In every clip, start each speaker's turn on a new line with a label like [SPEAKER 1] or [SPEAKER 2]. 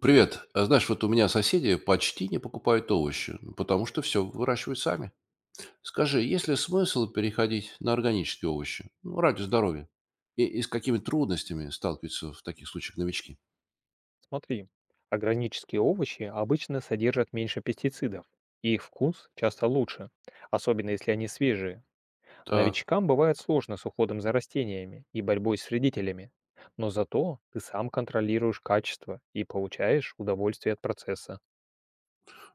[SPEAKER 1] Привет. А знаешь, вот у меня соседи почти не покупают овощи, ну, потому что все выращивают сами. Скажи, есть ли смысл переходить на органические овощи? Ну, ради здоровья. И с какими трудностями сталкиваются в таких случаях новички?
[SPEAKER 2] Смотри, агронические овощи обычно содержат меньше пестицидов, и их вкус часто лучше, особенно если они свежие.
[SPEAKER 1] Так,
[SPEAKER 2] Новичкам бывает сложно с уходом за растениями и борьбой с вредителями, но зато ты сам контролируешь качество и получаешь удовольствие от процесса.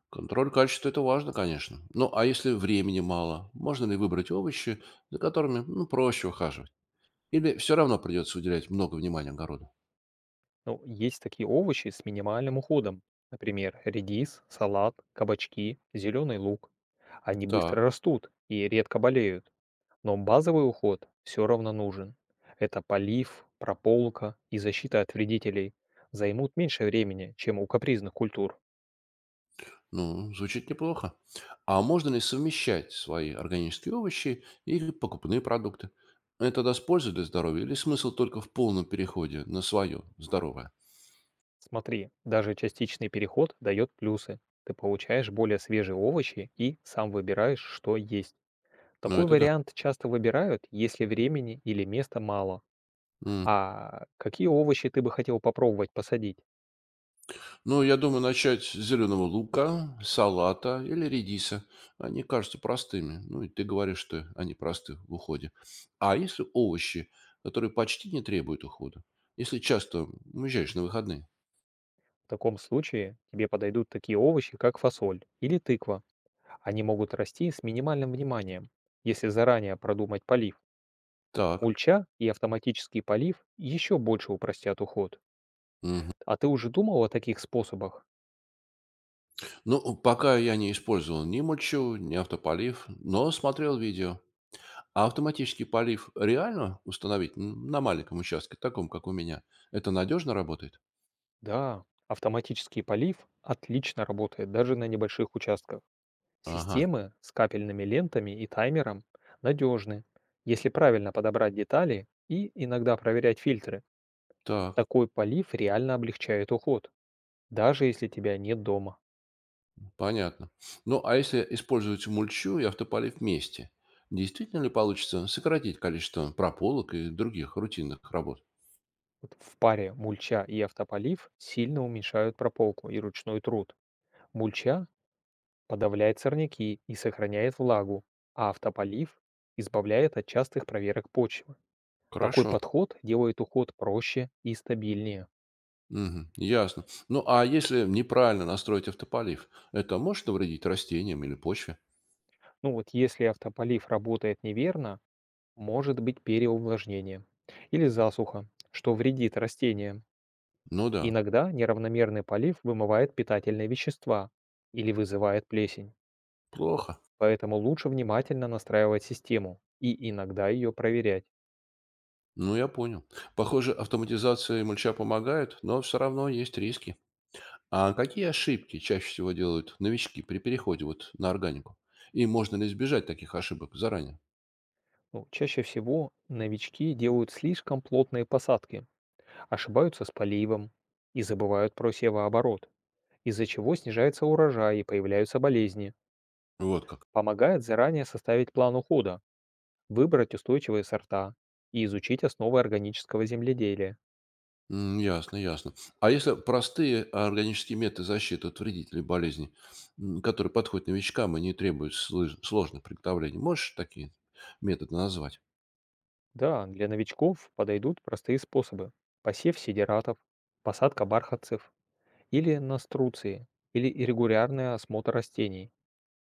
[SPEAKER 1] контроль качества — это важно, конечно. Ну, а если времени мало, можно ли выбрать овощи, за которыми ну, проще ухаживать? Или все равно придется уделять много внимания огороду?
[SPEAKER 2] Ну, есть такие овощи с минимальным уходом. Например, редис, салат, кабачки, зеленый лук. Они быстро
[SPEAKER 1] Так.
[SPEAKER 2] растут и редко болеют. Но базовый уход все равно нужен. Это полив, прополка и защита от вредителей займут меньше времени, чем у капризных культур.
[SPEAKER 1] Ну, звучит неплохо. А можно ли совмещать свои органические овощи и покупные продукты? Это даст пользу для здоровья или смысл только в полном переходе на свое здоровое?
[SPEAKER 2] Смотри, даже частичный переход дает плюсы. Ты получаешь более свежие овощи и сам выбираешь, что есть.
[SPEAKER 1] Ну,
[SPEAKER 2] Такой
[SPEAKER 1] это да.
[SPEAKER 2] вариант часто выбирают, если времени или места мало.
[SPEAKER 1] М.
[SPEAKER 2] А какие овощи ты бы хотел попробовать посадить?
[SPEAKER 1] Ну, я думаю, начать с зеленого лука, салата или редиса. Они кажутся простыми. Ну, и ты говоришь, что они просты в уходе. А если овощи, которые почти не требуют ухода? Если часто уезжаешь на выходные?
[SPEAKER 2] В таком случае тебе подойдут такие овощи, как фасоль или тыква. Они могут расти с минимальным вниманием. Если заранее продумать полив,
[SPEAKER 1] Так.
[SPEAKER 2] мульча и автоматический полив еще больше упростят уход.
[SPEAKER 1] Мгм.
[SPEAKER 2] А ты уже думал о таких способах?
[SPEAKER 1] Ну, пока я не использовал ни мульчу, ни автополив, но смотрел видео. А автоматический полив реально установить на маленьком участке, таком, как у меня? Это надежно работает?
[SPEAKER 2] Да, автоматический полив отлично работает даже на небольших участках.
[SPEAKER 1] Ага,
[SPEAKER 2] Системы с капельными лентами и таймером надежны, если правильно подобрать детали и иногда проверять фильтры.
[SPEAKER 1] так,
[SPEAKER 2] Такой полив реально облегчает уход, даже если тебя нет дома.
[SPEAKER 1] понятно. Ну, а если использовать мульчу и автополив вместе, действительно ли получится сократить количество прополок и других рутинных работ?
[SPEAKER 2] Вот в паре мульча и автополив сильно уменьшают прополку и ручной труд. Мульча подавляет сорняки и сохраняет влагу, а автополив избавляет от частых проверок почвы. Такой
[SPEAKER 1] Хорошо.
[SPEAKER 2] подход делает уход проще и стабильнее.
[SPEAKER 1] Мгм, ясно. Ну, а если неправильно настроить автополив, это может навредить растениям или почве?
[SPEAKER 2] Ну вот если автополив работает неверно, может быть переувлажнение или засуха, что вредит растениям.
[SPEAKER 1] Ну да,
[SPEAKER 2] Иногда неравномерный полив вымывает питательные вещества или вызывает плесень,
[SPEAKER 1] плохо.
[SPEAKER 2] поэтому лучше внимательно настраивать систему и иногда ее проверять.
[SPEAKER 1] Ну, я понял. Похоже, автоматизация и мульча помогают, но все равно есть риски. А какие ошибки чаще всего делают новички при переходе вот на органику? И можно ли избежать таких ошибок заранее?
[SPEAKER 2] Ну, чаще всего новички делают слишком плотные посадки, ошибаются с поливом и забывают про севооборот, из-за чего снижается урожай и появляются болезни.
[SPEAKER 1] Вот как.
[SPEAKER 2] Помогает заранее составить план ухода, выбрать устойчивые сорта и изучить основы органического земледелия.
[SPEAKER 1] М, ясно, ясно. А если простые органические методы защиты от вредителей болезней, которые подходят новичкам и не требуют сложных приготовлений, можешь такие методы назвать?
[SPEAKER 2] Да, для новичков подойдут простые способы. Посев сидератов, посадка бархатцев или наструции, или регулярный осмотр растений.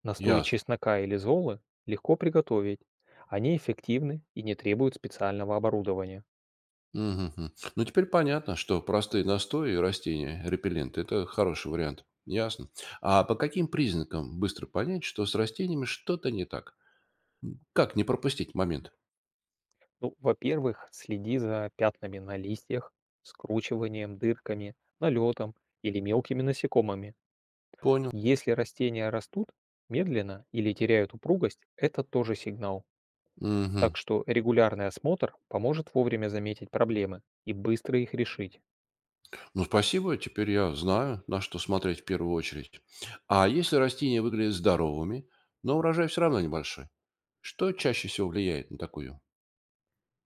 [SPEAKER 2] Настои
[SPEAKER 1] Ясно.
[SPEAKER 2] чеснока или золы легко приготовить. Они эффективны и не требуют специального оборудования.
[SPEAKER 1] Мгм. Ну, теперь понятно, что простые настои и растения, репелленты — это хороший вариант. Ясно. А по каким признакам быстро понять, что с растениями что-то не так? Как не пропустить момент?
[SPEAKER 2] Ну, во-первых, следи за пятнами на листьях, скручиванием, дырками, налетом или мелкими насекомыми.
[SPEAKER 1] Понял.
[SPEAKER 2] Если растения растут медленно или теряют упругость, это тоже сигнал.
[SPEAKER 1] Мгм.
[SPEAKER 2] Так что регулярный осмотр поможет вовремя заметить проблемы и быстро их решить.
[SPEAKER 1] Ну, спасибо, теперь я знаю, на что смотреть в первую очередь. А если растения выглядят здоровыми, но урожай все равно небольшой, что чаще всего влияет на такую?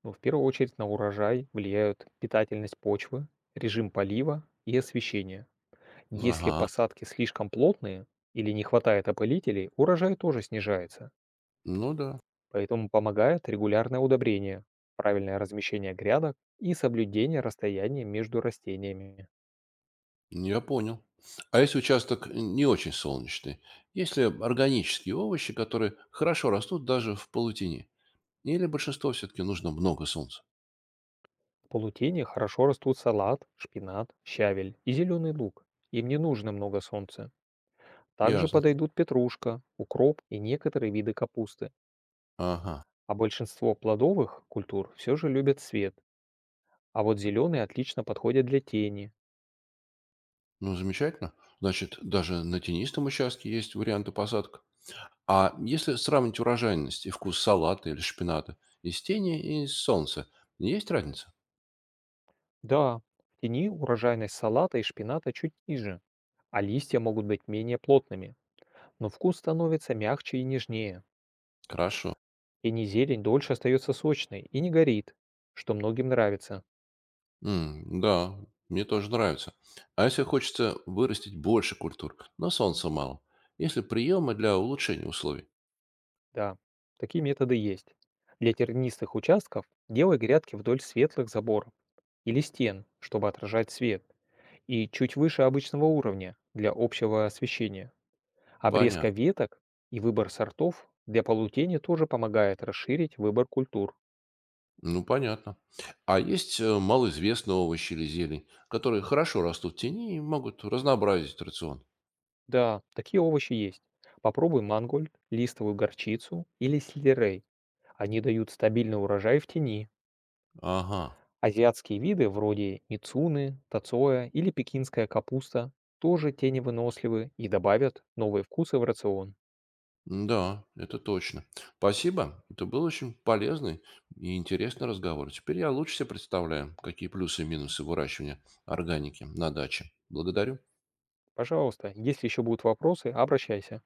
[SPEAKER 2] Но в первую очередь на урожай влияют питательность почвы, режим полива и освещение. Если
[SPEAKER 1] Ага,
[SPEAKER 2] посадки слишком плотные или не хватает опылителей, урожай тоже снижается.
[SPEAKER 1] ну да.
[SPEAKER 2] Поэтому помогает регулярное удобрение, правильное размещение грядок и соблюдение расстояния между растениями.
[SPEAKER 1] Я понял. А если участок не очень солнечный? Есть ли органические овощи, которые хорошо растут даже в полутени? Или большинство все-таки нужно много солнца?
[SPEAKER 2] В полутени хорошо растут салат, шпинат, щавель и зеленый лук. Им не нужно много солнца. Также
[SPEAKER 1] Ясно.
[SPEAKER 2] подойдут петрушка, укроп и некоторые виды капусты.
[SPEAKER 1] Ага.
[SPEAKER 2] А большинство плодовых культур все же любят свет, а вот зеленые отлично подходят для тени.
[SPEAKER 1] Ну, замечательно. Значит, даже на тенистом участке есть варианты посадок. А если сравнить урожайность и вкус салата или шпината из тени и из солнца, есть разница?
[SPEAKER 2] Да, в тени урожайность салата и шпината чуть ниже, а листья могут быть менее плотными, но вкус становится мягче и нежнее.
[SPEAKER 1] Хорошо.
[SPEAKER 2] И не зелень дольше остается сочной и не горит, что многим нравится.
[SPEAKER 1] М, да, мне тоже нравится. А если хочется вырастить больше культур, но солнца мало? Если приемы для улучшения условий?
[SPEAKER 2] Да, такие методы есть. Для тернистых участков делай грядки вдоль светлых заборов или стен, чтобы отражать свет. И чуть выше обычного уровня для общего освещения. Обрезка
[SPEAKER 1] Понятно.
[SPEAKER 2] веток и выбор сортов для полутени тоже помогает расширить выбор культур.
[SPEAKER 1] Ну, понятно. А есть малоизвестные овощи или зелень, которые хорошо растут в тени и могут разнообразить рацион.
[SPEAKER 2] Да, такие овощи есть. Попробуй мангольд, листовую горчицу или сельдерей. Они дают стабильный урожай в тени.
[SPEAKER 1] Ага,
[SPEAKER 2] Азиатские виды вроде мицуны, тацоя или пекинская капуста тоже теневыносливы и добавят новые вкусы в рацион.
[SPEAKER 1] да, это точно. Спасибо, это был очень полезный и интересный разговор. Теперь я лучше себе представляю, какие плюсы и минусы выращивания органики на даче. Благодарю.
[SPEAKER 2] Пожалуйста, если еще будут вопросы, обращайся.